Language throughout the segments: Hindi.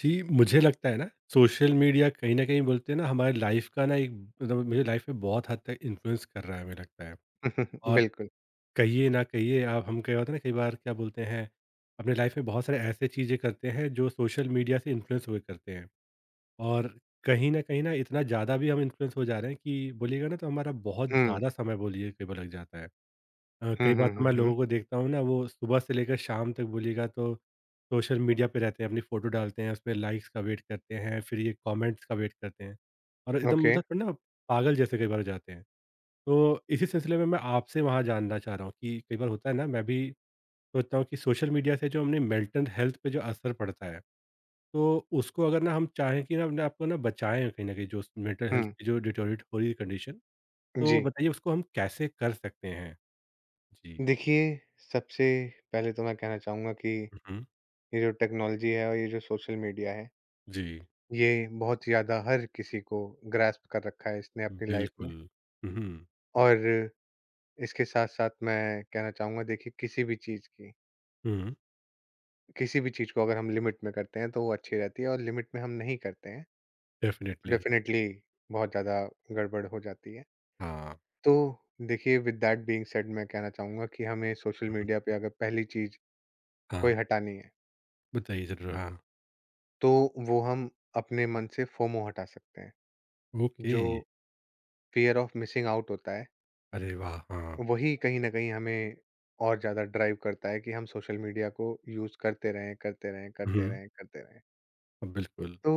जी, मुझे लगता है ना सोशल मीडिया कहीं न कहीं बोलते हैं ना हमारी लाइफ़ का ना एक मतलब मेरी लाइफ़ में बहुत हद तक इन्फ्लुएंस कर रहा है मुझे लगता है। और बिल्कुल। कहिए ना कहिए आप हम क्या होता है ना कई बार क्या बोलते हैं, अपने लाइफ़ में बहुत सारे ऐसे चीज़ें करते हैं जो सोशल मीडिया से इन्फ्लुएंस हुए करते हैं। और कहीं न कहीं ना इतना ज़्यादा भी हम इन्फ्लुएंस हो जा रहे हैं कि बोलिएगा ना तो हमारा बहुत हुँ। ज़्यादा समय बोलिए कई बार लग जाता है। हुँ, कई हुँ, बार तो हुँ, मैं हुँ। लोगों को देखता हूँ ना वो सुबह से लेकर शाम तक बोलिएगा तो सोशल मीडिया पे रहते हैं अपनी फ़ोटो डालते हैं उसमें लाइक्स का वेट करते हैं फिर ये कमेंट्स का वेट करते हैं और एकदम ओके। मतलब थोड़ा ना पागल जैसे कई बार हो जाते हैं तो इसी सिलसिले में मैं आपसे वहाँ जानना चाह रहा हूँ कि कई बार होता है ना मैं भी सोचता हूँ कि सोशल मीडिया से जो हमने मेंटल हेल्थ पे जो असर पड़ता है तो उसको अगर ना हम चाहें कि ना अपने आपको ना बचाएं कहीं ना कहीं जो मेंटल हुँ, हेल्थ की जो डिटोरेट हो रही है कंडीशन तो जी। बताइए उसको हम कैसे कर सकते हैं जी। देखिए, सबसे पहले तो मैं कहना चाहूँगा कि हम्म, ये जो टेक्नोलॉजी है और ये जो सोशल मीडिया है, जी। ये बहुत ज़्यादा हर किसी को ग्रैस्प कर रखा है इसने अपनी लाइफ़ में। बिल्कुल। हुँ, और इसके साथ-साथ मैं कहना चाहूँगा देखिए किसी भी चीज़ की हुँ, किसी भी चीज़ को अगर हम लिमिट में करते हैं, तो वो अच्छी रहती है और लिमिट में हम नहीं करते हैं, डेफ़िनेटली। डेफ़िनेटली बहुत ज़्यादा गड़बड़ हो जाती है। हाँ, तो देखिए विद दैट बीइंग सेड मैं कहना चाहूँगा कि हमें सोशल हुँ, मीडिया पे अगर पहली चीज़ कोई हाँ, हटानी है, बताइए ज़रूर। हाँ, तो वो हम अपने मन से फोमो हटा सकते हैं। ओके, जो फ़ियर ऑफ मिसिंग आउट होता है, अरे वाह! हाँ, वही कहीं न कहीं हमें और ज़्यादा ड्राइव करता है कि हम सोशल मीडिया को यूज़ करते रहें, करते रहें, करते हुँ, रहें, करते रहें। बिल्कुल, तो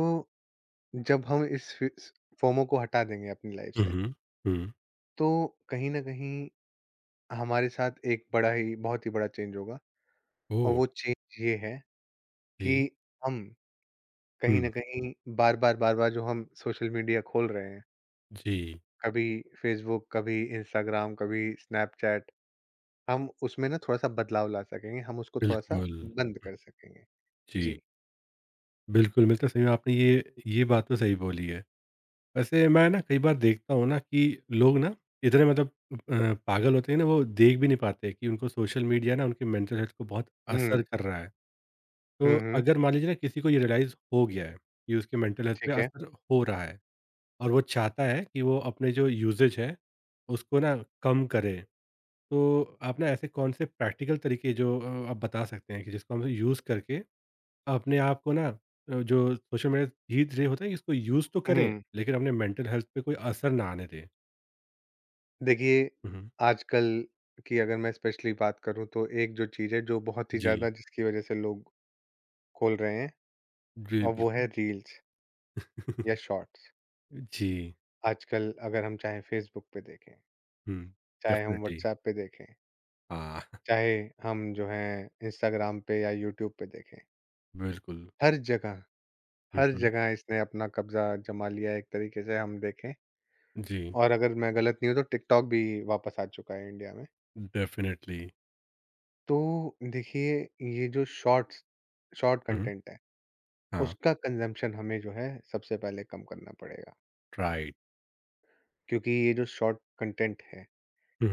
जब हम इस फिस फोमो को हटा देंगे अपनी लाइफ़ से, हुँ, हुँ, तो कहीं न कहीं हमारे साथ एक बड़ा ही बहुत ही बड़ा चेंज होगा और ओह! वो चेंज ये है कि जी, हम कहीं हुँ, न कहीं बार-बार, बार-बार जो हम सोशल मीडिया खोल रहे हैं, जी, कभी फ़ेसबुक, कभी इंस्टाग्राम, कभी स्नैपचैट, हम उसमें ना थोड़ा-सा बदलाव ला सकेंगे, हम उसको थोड़ा-सा बिल्कुल, बंद कर सकेंगे। जी। जी, बिल्कुल, मतलब सही में आपने ये बात तो सही बोली है। वैसे मैं ना कई बार देखता हूँ ना कि लोग ना इतने मतलब पागल होते हैं ना वो देख भी नहीं पाते कि उनको सोशल मीडिया ना उनके मेंटल हेल्थ को बहुत असर हुँ। कर रहा है। तो हुँ, हुँ। अगर मान लीजिए ना किसी को ये रियलाइज़ हो गया है कि उसके मेंटल हेल्थ पे ठीक है। असर हो रहा है और वो चाहता है कि वो अपने जो यूजेज है उसको ना कम करे तो आप ना ऐसे कौन से प्रैक्टिकल तरीके जो आप बता सकते हैं कि जिसको हम यूज़ करके अपने आप को ना जो सोशल मीडिया धीरे धीरे होता है कि इसको यूज़ तो करें हुँ। लेकिन अपने मेंटल हेल्थ पे कोई असर ना आने दें। देखिए, हुँ, आजकल की अगर मैं स्पेशली बात करूँ तो एक जो चीज़ है जो बहुत ही जी। ज़्यादा जिसकी वज़ह से लोग खोल रहे हैं जी। और वो बिल्कुल। है रील्स या शॉर्ट्स। जी। आजकल अगर हम चाहे फ़ेसबुक पे देखें, हुँ, चाहे हम डेफिनिटली। व्हाट्सऐप पे देखें हाँ, चाहे हम जो है इंस्टाग्राम पे या यूट्यूब पे देखें, बिल्कुल। हर जगह, हुँ, हर हुँ, जगह इसने अपना कब्ज़ा जमा लिया है एक तरीके से हम देखें जी। और अगर मैं गलत नहीं हूँ तो टिकटॉक भी वापस आ चुका है इंडिया में। डेफिनिटली। तो देखिए ये जो शॉर्ट हुँ। कंटेंट है, हाँ, उसका कंज़म्पशन हमें जो है सबसे पहले कम करना पड़ेगा, राइट। क्योंकि ये जो शॉर्ट कंटेंट है,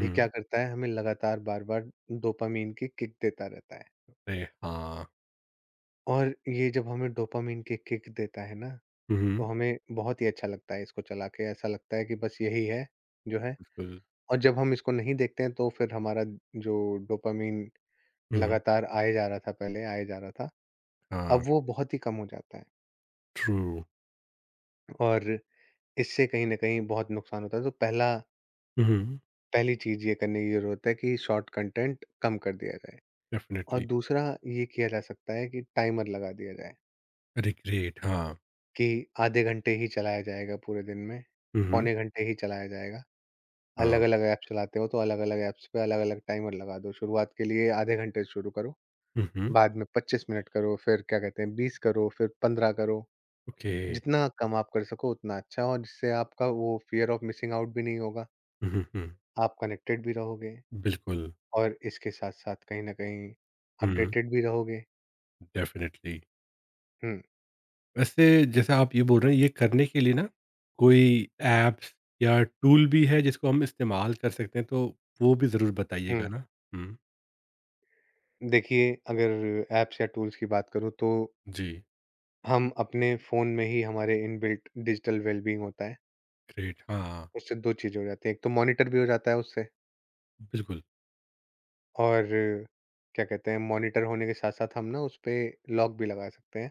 ये क्या करता है हमें लगातार बार-बार डोपामाइन की किक देता रहता है अरे हाँ। और ये जब हमें डोपामाइन की किक देता है ना हुँ, तो हमें बहुत ही अच्छा लगता है इसको चला के, ऐसा लगता है कि बस यही है, जो है बिल्कुल। और जब हम इसको नहीं देखते हैं तो फिर हमारा जो डोपामाइन हुँ, लगातार आए जा रहा था पहले, आए जा रहा था, हाँ, अब वो बहुत ही कम हो जाता है ट्रू। और इससे कहीं न कहीं बहुत नुकसान होता है। तो पहला हुँ, पहली चीज़ ये करने की ज़रूरत है कि शॉर्ट कंटेंट कम कर दिया जाए और डेफ़िनिटली। दूसरा ये किया जा सकता है कि टाइमर लगा दिया जाए रिग्रेट हाँ। कि आधे घंटे ही चलाया जाएगा पूरे दिन में, हुँ, पौने घंटे ही चलाया जाएगा। हाँ। अलग-अलग ऐप चलाते हो, तो अलग-अलग ऐप्स पे अलग-अलग टाइमर लगा दो। शुरुआत के लिए आधे घंटे से शुरू करो, हुँ, बाद में 25 मिनट करो, फिर क्या कहते हैं 20 करो, फिर 15 करो। ओके। जितना कम आप कर सको उतना अच्छा और जिससे आपका वो फ़ियर ऑफ मिसिंग आउट भी नहीं होगा, हुँ, हुँ, आप कनेक्टेड भी रहोगे बिल्कुल। और इसके साथ-साथ कहीं न कहीं हुँ, अपडेटेड भी रहोगे। डेफ़िनिटली। हुँ, वैसे जैसा आप ये बोल रहे हैं, ये करने के लिए ना कोई ऐप्स या टूल भी है जिसको हम इस्तेमाल कर सकते हैं, तो वो भी ज़रूर बताइएगा हुँ। ना? हुँ, देखिए अगर ऐप्स या टूल्स की बात करूँ तो जी, हम अपने फ़ोन में ही हमारे इनबिल्ट डिजिटल वेलबीइंग होता है, ग्रेट। हाँ, उससे 2 चीज़ें हो जाती हैं, एक तो मॉनिटर भी हो जाता है उससे बिल्कुल। और क्या कहते हैं मॉनिटर होने के साथ साथ हम ना उस पे लॉक भी लगा सकते हैं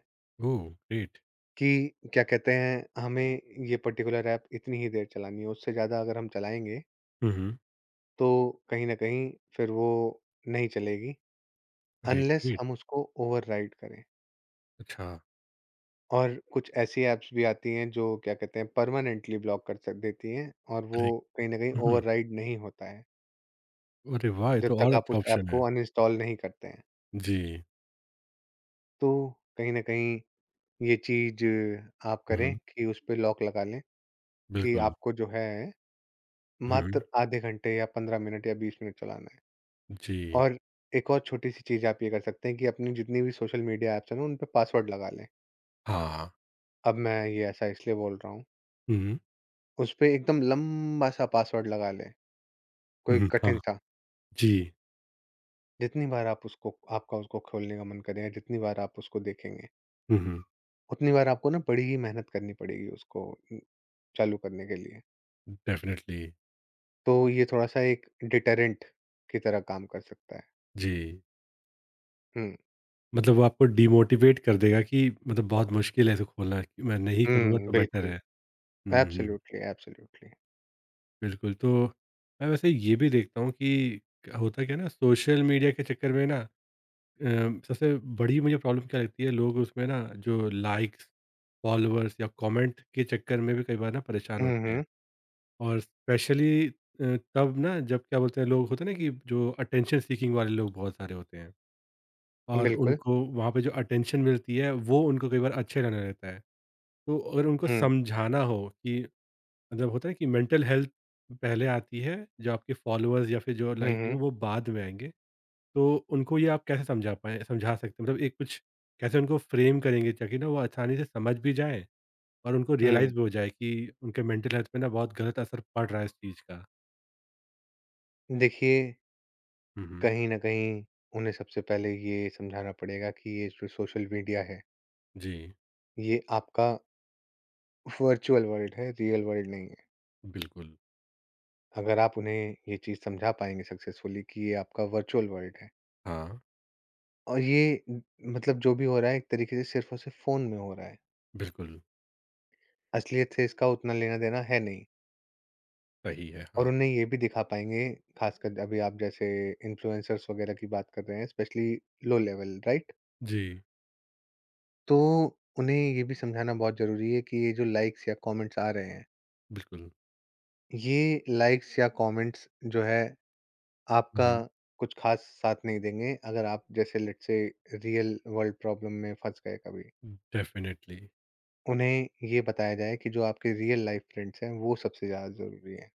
ओह! ग्रेट। कि क्या कहते हैं हमें ये पर्टिकुलर ऐप इतनी ही देर चलानी है उससे ज़्यादा अगर हम चलाएंगे हुँ, हुँ। तो कहीं ना कहीं फिर वो नहीं चलेगी अरे अनलेस ग्रेट! हम उसको ओवरराइड करें अच्छा। और कुछ ऐसी ऐप्स भी आती हैं जो क्या कहते हैं परमानेंटली ब्लॉक कर सक देती हैं और वो अरे! कहीं ना कहीं हुँ, हुँ। ओवरराइड नहीं होता है अरे वाह! ये जब तो और तक आप अच्छा उस ऐप ऑप्शन है। को अनइंस्टॉल नहीं करते हैं जी। तो कहीं ना कहीं ये चीज़ आप करें हुँ, कि उसपे लॉक लगा लें कि बिल्कुल। आपको जो है मात्र हुँ, आधे घंटे या 15 मिनट या 20 मिनट चलाना है। जी। और एक और छोटी-सी चीज़ आप ये कर सकते हैं कि अपनी जितनी भी सोशल मीडिया ऐप्स हैं ना, उन पे पासवर्ड लगा लें। हाँ। अब मैं ये ऐसा इसलिए बोल रहा हूँ, हुँ, उसपे एकदम लंबा-सा पासवर्ड लगा लें, कोई हुँ, हाँ। कठिन-सा। जी। जितनी बार आप उसको आपका उसको खोलने का मन करे या जितनी बार आप उसको देखेंगे, हुँ, हुँ, उतनी बार आपको ना बड़ी ही मेहनत करनी पड़ेगी उसको उम, चालू करने के लिए। डेफ़िनेटली। तो ये थोड़ा-सा एक डिटरेंट की तरह काम कर सकता है। जी। हुँ। मतलब वो आपको डिमोटिवेट कर देगा कि मतलब बहुत मुश्किल है इसे खोलना, कि मैं नहीं करूँगा हुँ, तो बेटर बिल्कुल। है। हुँ, हुँ, एब्सोल्युटली, एब्सोल्युटली। बिल्कुल। तो मैं वैसे ये भी देखता हूँ कि क्या होता क्या है ना सोशल मीडिया के चक्कर में ना अ, सबसे बड़ी मुझे प्रॉब्लम क्या लगती है लोग उसमें ना जो लाइक्स, फॉलोअर्स या कमेंट के चक्कर में भी कई बार ना परेशान हुँ, होते हैं। हुँ, और स्पेशली तब ना जब क्या बोलते हैं लोग होते हैं ना कि जो अटेंशन सीकिंग वाले लोग बहुत सारे होते हैं। और बिल्कुल। उनको वहाँ पे जो अटेंशन मिलती है वो उनको कई बार अच्छे लगने लगता है। तो अगर उनको हुँ, समझाना हो कि मतलब होता है कि मेंटल हेल्थ पहले आती है, जो आपके फॉलोअर्स या फिर जो हुँ, लाइक हैं हुँ, वो बाद में आएँगे। तो उनको ये आप कैसे समझा पाएँ समझा सकते हैं? मतलब एक कुछ कैसे उनको फ्रेम करेंगे ताकि ना वो आसानी से समझ भी जाएँ और उनको हुँ। रियलाइज़ भी हो जाए कि उनके मेंटल हेल्थ पे ना बहुत गलत असर पड़ रहा है इस चीज़ का? देखिए, हुँ, हुँ। कहीं न कहीं उन्हें सबसे पहले ये समझाना पड़ेगा कि ये जो सोशल मीडिया है, जी। ये आपका वर्चुअल वर्ल्ड है, रियल वर्ल्ड नहीं है। बिल्कुल। अगर आप उन्हें ये चीज़ समझा पाएँगे सक्सेसफुली कि ये आपका वर्चुअल वर्ल्ड है हाँ, और ये मतलब जो भी हो रहा है एक तरीके से सिर्फ़ और सिर्फ़ फ़ोन में हो रहा है, बिल्कुल असलियत से इसका उतना लेना-देना है नहीं। सही है, हाँ। और उन्हें ये भी दिखा पाएँगे, ख़ासकर अभी आप जैसे इन्फ्लुएंसर्स वग़ैरह की बात कर रहे हैं, स्पेशली लो लेवल, राइट? जी। तो उन्हें ये भी समझाना बहुत ज़रूरी है कि ये जो लाइक्स या कमेंट्स आ रहे हैं, बिल्कुल। ये लाइक्स या कमेंट्स जो है, आपका हुँ, कुछ ख़ास साथ नहीं देंगे, अगर आप जैसे let's say real world problem में फँस गए कभी। डेफ़िनेटली। उन्हें ये बताया जाए कि जो आपके रियल लाइफ फ्रेंड्स हैं, वो सबसे ज़्यादा ज़रूरी हैं।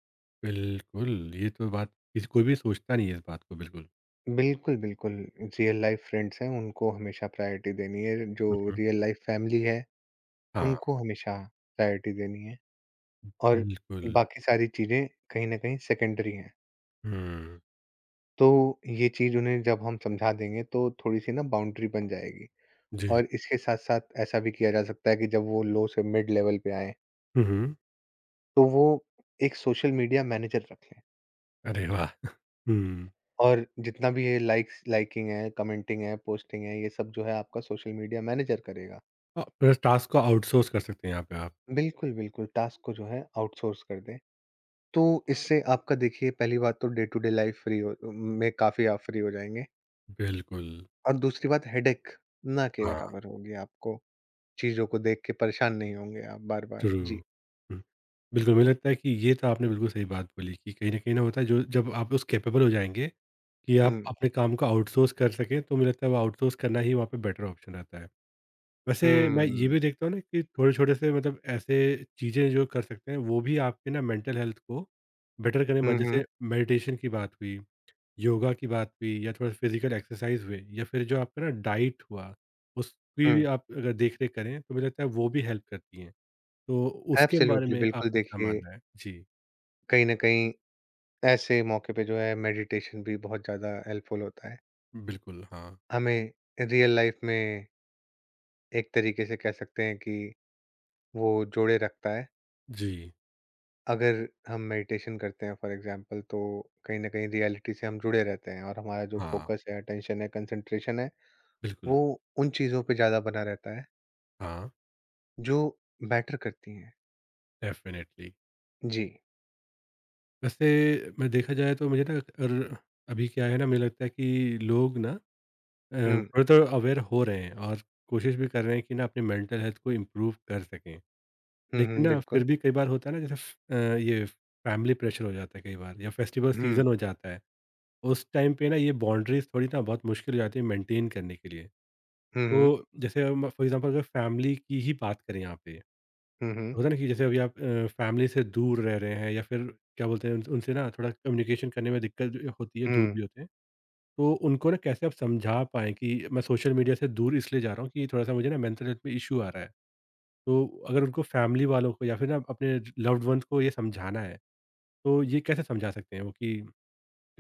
बिल्कुल, ये तो बात इस कोई भी सोचता नहीं है इस बात को बिल्कुल। बिल्कुल, बिल्कुल। रियल लाइफ़ फ्रेंड्स हैं, उनको हमेशा प्रायोरिटी देनी है। जो हुँ, हुँ। रियल लाइफ़ फैमिली है, हाँ। उनको हमेशा प्रायोरिटी देनी है और बिल्कुल। बाकी सारी चीज़ें कहीं न कहीं सेकेंडरी हैं। हुँ, तो ये चीज़ उन्हें जब हम समझा देंगे, तो थोड़ी-सी ना बाउंड्री बन जाएगी जी। और इसके साथ-साथ ऐसा भी किया जा सकता है कि जब वो लो से मिड लेवल पे आएँ, हुँ, हुँ। तो वो एक सोशल मीडिया मैनेजर रख लें अरे वाह! हुँ। और जितना भी ये लाइक्स लाइकिंग है, कमेंटिंग है, पोस्टिंग है, ये सब जो है आपका सोशल मीडिया मैनेजर करेगा। हाँ, मतलब टास्क को आउटसोर्स कर सकते हैं यहाँ पे आप। बिल्कुल, बिल्कुल, टास्क को जो है आउटसोर्स कर दें। तो इससे आपका देखिए पहली बात तो day to day life free हो में काफ़ी आप फ्री हो जाएँगे बिल्कुल, और दूसरी बात हेडेक ना के हाँ। बराबर होगी आपको, चीज़ों को देख के परेशान नहीं होंगे आप बार-बार। ट्रू। जी। हुँ, बिल्कुल मुझे लगता है कि ये तो आपने बिल्कुल सही बात बोली कि कहीं न कहीं ना होता है जो जब आप उस कैपेबल हो जाएँगे कि आप हुँ। अपने काम को आउटसोर्स कर सकें, तो मुझे लगता है वो आउटसोर्स करना ही वहाँ पे बेटर ऑप्शन रहता है। वैसे मैं ये हुँ। भी देखता हूँ ना कि थोड़े-छोटे से मतलब ऐसे चीज़ें जो कर सकते हैं, वो भी आपके ना मेंटल हेल्थ को बेटर करने में हुँ, हुँ, जैसे मेडिटेशन की बात हुई योगा की बात हुई या थोड़ा फिज़िकल एक्सरसाइज़ हुए या फिर जो आपका ना डाइट हुआ, उसकी हुँ। भी आप अगर देख-रेख करें तो मुझे लगता है वो भी हेल्प करती हैं। तो उसके बारे एब्सोल्यूटली, में बिल्कुल आपका क्या देखिए, मानना है? जी, कहीं न कहीं ऐसे मौके पे जो है मेडिटेशन भी बहुत ज़्यादा हेल्पफुल होता है। बिल्कुल, हाँ। हमें रियल लाइफ़ में एक तरीके से कह सकते हैं कि वो जोड़े रखता है। जी, अगर हम मेडिटेशन करते हैं फॉर एग्जांपल तो कहीं न कहीं रियलिटी से हम जुड़े रहते हैं और हमारा जो हाँ, फोकस है, अटेंशन है, कंसंट्रेशन है, बिल्कुल, वो उन चीज़ों पे ज़्यादा बना रहता है हाँ, जो मैटर करती हैं। डेफ़िनेटली। जी। वैसे मैं देखा जाए तो मुझे ना अर अभी क्या है ना मुझे लगता है कि लोग ना हुँ। थोड़ा-थोड़ा अवेयर हो रहे हैं और कोशिश भी कर रहे हैं कि ना अपनी मेंटल हेल्थ को इम्प्रूव कर सकें। हुँ, लेकिन हुँ, ना बिल्कुल। फिर भी कई बार होता है ना जैसे ये फैमिली प्रेशर हो जाता है कई बार या फेस्टिवल हुँ। सीज़न हो जाता है। उस टाइम पे ना ये बाउंड्रीज़ थोड़ी ना बहुत मुश्किल हो जाती है मेंटेन करने के लिए। हुँ, हुँ। तो जैसे हम फॉर एग्ज़ाम्पल अगर फैमिली की ही बात करें यहाँ पे, हुँ, हुँ। तो होता है ना कि जैसे अभी आप फैमिली से दूर रह रहे हैं या फिर क्या बोलते हैं उन उनसे ना थोड़ा कम्युनिकेशन करने में दिक्कत भी होती है, दूर भी हुँ। होते हैं। तो उनको ना कैसे आप समझा पाएँ कि मैं सोशल मीडिया से दूर इसलिए जा रहा हूँ कि थोड़ा-सा मुझे ना मेंटल हेल्थ में इश्यू आ रहा है? तो अगर उनको फैमिली वालों को या फिर ना अपने लव्ड वन्स को ये समझाना है, तो ये कैसे समझा सकते हैं वो कि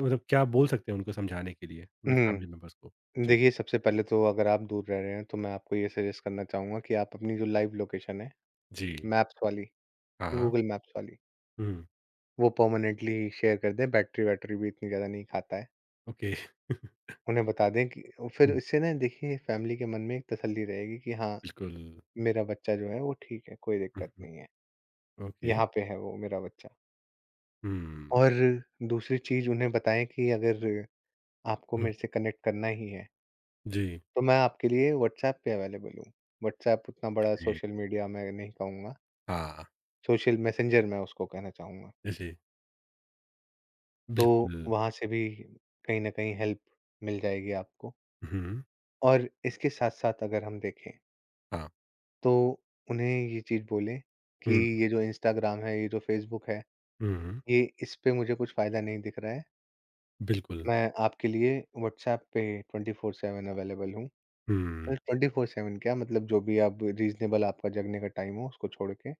मतलब क्या बोल सकते हैं उनको समझाने के लिए अपने फैमिली हुँ। मेंबर्स को? जी। देखिए, सबसे पहले तो अगर आप दूर रह रहे हैं तो मैं आपको ये सजेस्ट करना चाहूँगा कि आप अपनी जो लाइव लोकेशन है, जी। मैप्स वाली, हाँ, हाँ। गूगल मैप्स वाली, हुँ, वो परमानेंटली शेयर कर दें, बैटरी-वैटरी भी इतनी ज़्यादा नहीं खाता है। ओके। उन्हें बता दें कि फिर हुँ। इससे ना देखिए फैमिली के मन में एक तसल्ली रहेगी कि हाँ, बिल्कुल। मेरा बच्चा जो है वो ठीक है, कोई हुँ, दिक्कत हुँ। नहीं है, ओके। यहाँ पे है वो मेरा बच्चा। हुँ, और दूसरी चीज़ उन्हें बताएँ कि अगर आपको हुँ। मेरे से कनेक्ट करना ही है, जी। तो मैं आपके लिए व्हाट्सऐप पे अवेलेबल हूँ। व्हाट्सऐप उतना बड़ा जी। सोशल मीडिया मैं नहीं कहूँगा, हाँ, सोशल मैसेंजर मैं उसको कहना चाहूँगा। जी। तो बिल्कुल। वहाँ से भी कहीं न कहीं हेल्प मिल जाएगी आपको। हुँ। और इसके साथ-साथ अगर हम देखें हाँ। तो उन्हें ये चीज़ बोले कि हुँ, ये जो इंस्टाग्राम है, ये जो फ़ेसबुक है, हुँ। ये इस पे मुझे कुछ फ़ायदा नहीं दिख रहा है। बिल्कुल। मैं आपके लिए व्हाट्सएप पे 24/7 अवेलेबल हूँ। हुँ, 24/7 क्या मतलब जो भी आप रीज़नेबल आपका जगने का टाइम हो उसको छोड़ के,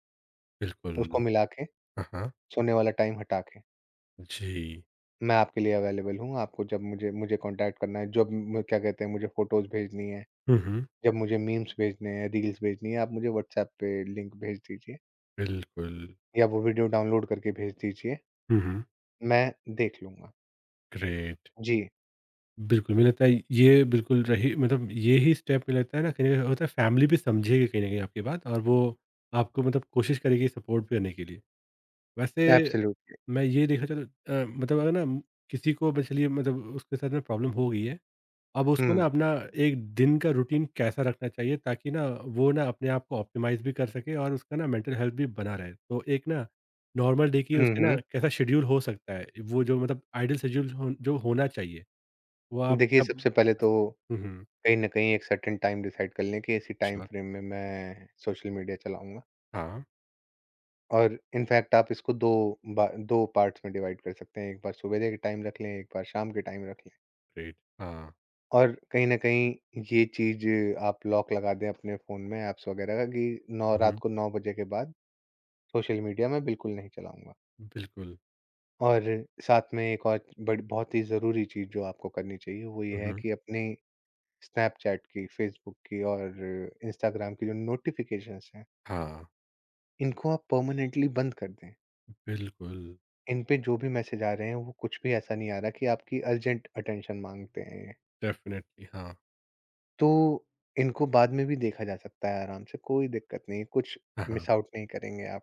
उसको बिल्कुल। मिला के, हाँ, हाँ। सोने वाला टाइम हटा के, जी। मैं आपके लिए अवेलेबल हूँ। आपको जब मुझे मुझे कॉन्टैक्ट करना है, जब म क्या कहते हैं मुझे फ़ोटोज़ भेजनी है, हुँ, हुँ। जब मुझे मीम्स भेजने हैं, रील्स भेजनी है, आप मुझे व्हाट्सएप पे लिंक भेज दीजिए बिल्कुल। या वो वीडियो डाउनलोड करके भेज दीजिए। हुँ, हुँ। मैं देख लूँगा। ग्रेट। जी, बिल्कुल, मुझे लगता है ये बिल्कुल रही मतलब ये ही स्टेप मुझे लगता है ना कहीं न कहीं होता है फैमिली भी समझेगी कहीं न कहीं आपकी बात और वो आपको मतलब कोशिश करेगी सपोर्ट भी करने के लिए। वैसे एब्सोल्युटली। मैं ये देखना चाहता हूँ मतलब अगर ना किसी को ब चलिए मतलब उसके साथ में प्रॉब्लम हो गई है, अब उसको ना हुँ, अपना एक दिन का रूटीन कैसा रखना चाहिए ताकि ना वो ना अपने आप को ऑप्टिमाइज़ भी कर सके और उसका ना मेंटल हेल्थ भी बना रहे? तो एक ना नॉर्मल डे की हुँ, उसके ना हुँ। कैसा शेड्यूल हो सकता है? वो जो मतलब आइडियल शेड्यूल हो जो होना चाहिए। वो आप देखिए, कब सबसे पहले तो हुँ, हुँ। कहीं न कहीं एक सर्टेन टाइम डिसाइड कर लें कि इसी टाइम श्योर फ्रेम में मैं सोशल मीडिया चलाऊँगा हाँ, और इनफैक्ट आप इसको 2 बा 2 पार्ट्स में डिवाइड कर सकते हैं। एक बार सुबेरे के टाइम रख लें, एक बार शाम के टाइम रख लें ग्रेट हाँ। और कहीं न कहीं ये चीज़ आप लॉक लगा दें अपने फ़ोन में ऐप्स वगैरह का कि नौ हुँ, रात हुँ। को 9 बजे के बाद सोशल मीडिया मैं बिल्कुल नहीं चलाऊँगा। बिल्कुल। और साथ में एक और बड़ी बहुत ही ज़रूरी चीज़ जो आपको करनी चाहिए वो ये हुँ, है हुँ। कि अपनी स्नैपचैट की, फ़ेसबुक की और इंस्टाग्राम की जो नोटिफ़िकेशंस हैं, हाँ, इनको आप परमानेंटली बंद कर दें। बिल्कुल, इन पे जो भी मैसेज आ रहे हैं वो कुछ भी ऐसा नहीं आ रहा कि आपकी अर्जेंट अटेंशन माँगते हैं ये। डेफ़िनिटली हाँ। तो इनको बाद में भी देखा जा सकता है आराम से, कोई दिक्कत नहीं है, कुछ हाँ, हाँ, मिस आउट नहीं करेंगे आप।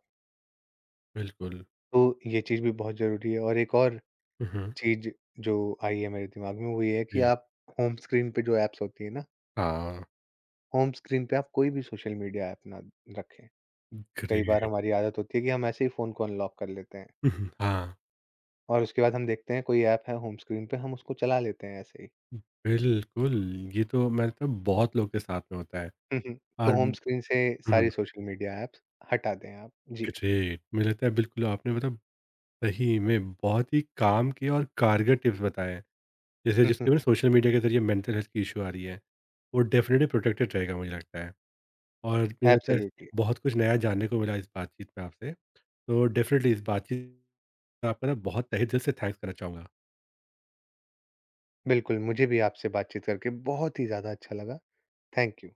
बिल्कुल। तो ये चीज़ भी बहुत ज़रूरी है और एक और हुँ, हुँ। चीज़ जो आई है मेरे दिमाग में वो ये है कि जी। आप होम स्क्रीन पे जो ऐप्स होती है ना हाँ, होम स्क्रीन पे आप कोई भी सोशल मीडिया ऐप ना रखें। कई बार ग्रेट। हमारी आदत होती है कि हम ऐसे ही फ़ोन को अनलॉक कर लेते हैं हुँ, हुँ। हाँ, और उसके बाद हम देखते हैं कोई ऐप है होम स्क्रीन पे, हम उसको चला लेते हैं ऐसे ही। बिल्कुल, ये तो मैं तो बहुत लोग के साथ में होता है हुँ, हुँ। तो और होम हुँ, स्क्रीन से सारी हुँ, सोशल मीडिया ऐप्स हटा दें आप। जी। ग्रेट। मुझे लगता है बिल्कुल आपने मतलब सही में बहुत ही काम के और कारगर टिप्स बताए हैं। जैसे जिसके वजह सोशल मीडिया के ज़रिए मेंटल हेल्थ की इश्यू आ रही है, वो डेफ़िनिटली प्रोटेक्टेड रहेगा मुझे लगता है। और मुझे लगता है एब्सोल्युटली। बहुत कुछ नया जानने को मिला इस बातचीत में आपसे। तो डेफ़िनेटली इस बातचीत में आपका ना बहुत तहे दिल से थैंक्स करना चाहूँगा। बिल्कुल, मुझे भी आपसे बातचीत करके बहुत ही ज़्यादा अच्छा लगा। Thank you.